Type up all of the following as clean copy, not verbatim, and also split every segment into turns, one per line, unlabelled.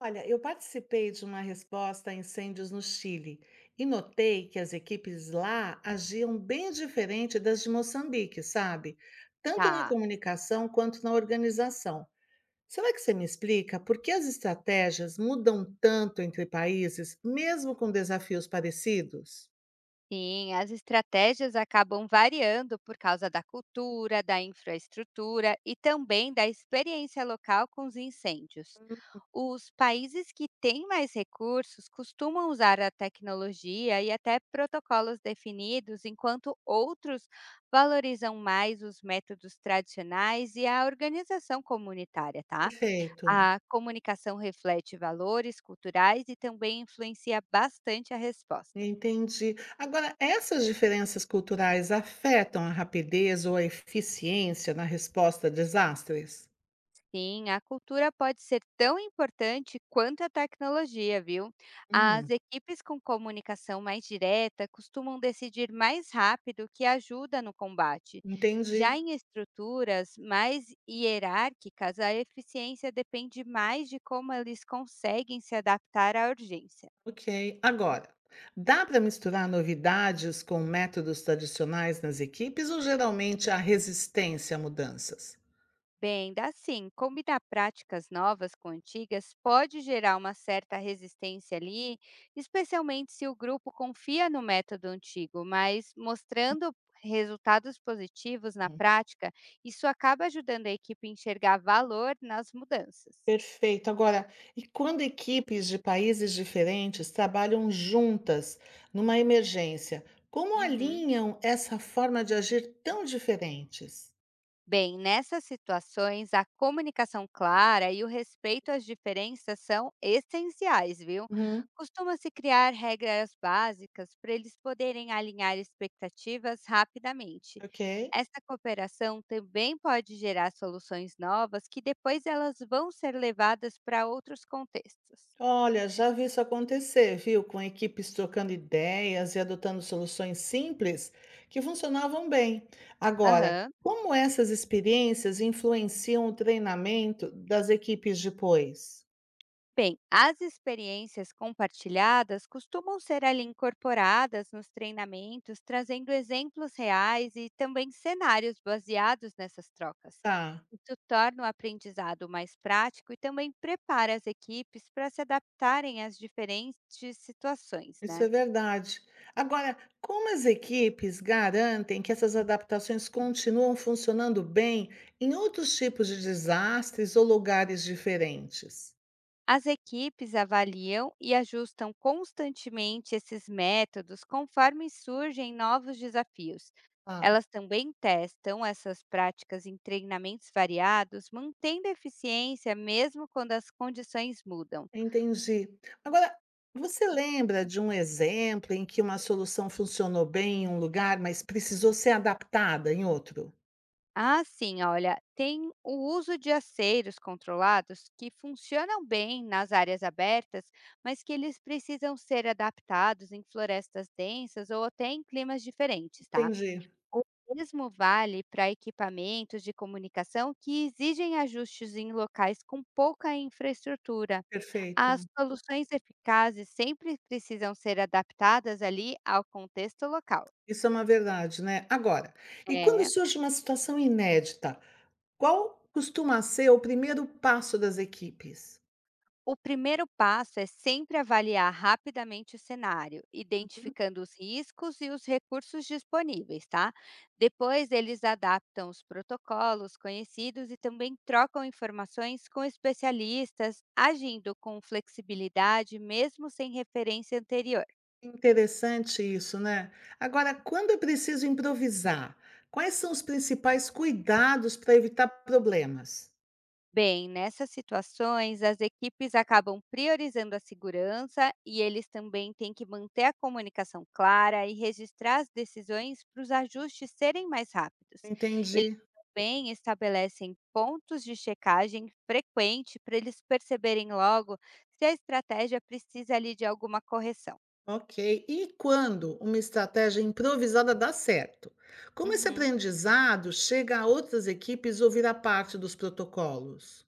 Olha, eu participei de uma resposta a incêndios no Chile e notei que as equipes lá agiam bem diferente das de Moçambique, sabe? Tanto na
Tá.
comunicação quanto na organização. Será que você me explica por que as estratégias mudam tanto entre países, mesmo com desafios parecidos?
Sim, as estratégias acabam variando por causa da cultura, da infraestrutura e também da experiência local com os incêndios. Os países que têm mais recursos costumam usar a tecnologia e até protocolos definidos, enquanto outros valorizam mais os métodos tradicionais e a organização comunitária, tá?
Perfeito,
A comunicação reflete valores culturais e também influencia bastante a resposta.
entendi. Agora, essas diferenças culturais afetam a rapidez ou a eficiência na resposta a desastres?
Sim, a cultura pode ser tão importante quanto a tecnologia, viu? As
Hum.
equipes com comunicação mais direta costumam decidir mais rápido o que ajuda no combate.
Entendi.
Já em estruturas mais hierárquicas, a eficiência depende mais de como eles conseguem se adaptar à urgência.
Ok. Agora, dá para misturar novidades com métodos tradicionais nas equipes ou geralmente há resistência a mudanças?
Bem, dá sim. Combinar práticas novas com antigas pode gerar uma certa resistência ali, especialmente se o grupo confia no método antigo, mas mostrando resultados positivos na
Uhum.
prática, isso acaba ajudando a equipe a enxergar valor nas mudanças.
Perfeito. Agora, e quando equipes de países diferentes trabalham juntas numa emergência, como
Uhum.
alinham essa forma de agir tão diferentes?
Bem, nessas situações, a comunicação clara e o respeito às diferenças são essenciais, viu?
Uhum.
Costuma-se criar regras básicas para eles poderem alinhar expectativas rapidamente.
Ok.
Essa cooperação também pode gerar soluções novas que depois elas vão ser levadas para outros contextos.
Olha, já vi isso acontecer, viu? Com equipes trocando ideias e adotando soluções simples que funcionavam bem. Agora,
Aham.
como essas experiências influenciam o treinamento das equipes depois?
Bem, as experiências compartilhadas costumam ser ali incorporadas nos treinamentos, trazendo exemplos reais e também cenários baseados nessas trocas.
Tá,
Isso torna o aprendizado mais prático e também prepara as equipes para se adaptarem às diferentes situações,
isso
né?
é verdade. Agora, como as equipes garantem que essas adaptações continuam funcionando bem em outros tipos de desastres ou lugares diferentes?
As equipes avaliam e ajustam constantemente esses métodos conforme surgem novos desafios.
Tá.
Elas também testam essas práticas em treinamentos variados, mantendo a eficiência mesmo quando as condições mudam.
Entendi. Agora, você lembra de um exemplo em que uma solução funcionou bem em um lugar, mas precisou ser adaptada em outro?
Ah, sim, olha, tem o uso de aceiros controlados que funcionam bem nas áreas abertas, mas que eles precisam ser adaptados em florestas densas ou até em climas diferentes, tá?
Entendi,
O mesmo vale para equipamentos de comunicação que exigem ajustes em locais com pouca infraestrutura. As
perfeito.
soluções eficazes sempre precisam ser adaptadas ali ao contexto local.
Isso é uma verdade, né? Agora, e quando
É.
surge uma situação inédita, qual costuma ser o primeiro passo das equipes?
O primeiro passo é sempre avaliar rapidamente o cenário, identificando os riscos e os recursos disponíveis, tá? Depois, eles adaptam os protocolos conhecidos e também trocam informações com especialistas, agindo com flexibilidade mesmo sem referência anterior.
Interessante isso, né? Agora, quando é preciso improvisar, quais são os principais cuidados para evitar problemas?
Bem, nessas situações, as equipes acabam priorizando a segurança e eles também têm que manter a comunicação clara e registrar as decisões para os ajustes serem mais rápidos. Eles
Entendi.
também estabelecem pontos de checagem frequente para eles perceberem logo se a estratégia precisa ali de alguma correção.
Ok. E quando uma estratégia improvisada dá certo? Como esse
Uhum.
aprendizado chega a outras equipes ou vira parte dos protocolos?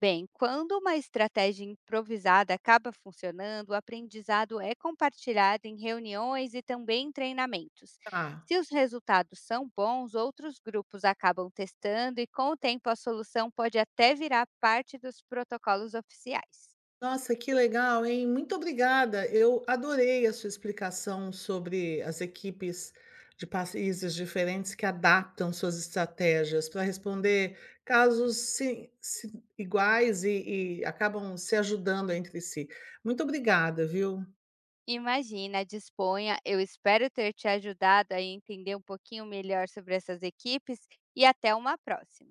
Bem, quando uma estratégia improvisada acaba funcionando, o aprendizado é compartilhado em reuniões e também em treinamentos.
Tá.
Se os resultados são bons, outros grupos acabam testando e, com o tempo, a solução pode até virar parte dos protocolos oficiais.
Nossa, que legal, hein? Muito obrigada. Eu adorei a sua explicação sobre as equipes de países diferentes que adaptam suas estratégias para responder casos iguais e acabam se ajudando entre si. Muito obrigada, viu?
Imagina, disponha. Eu espero ter te ajudado a entender um pouquinho melhor sobre essas equipes e até uma próxima.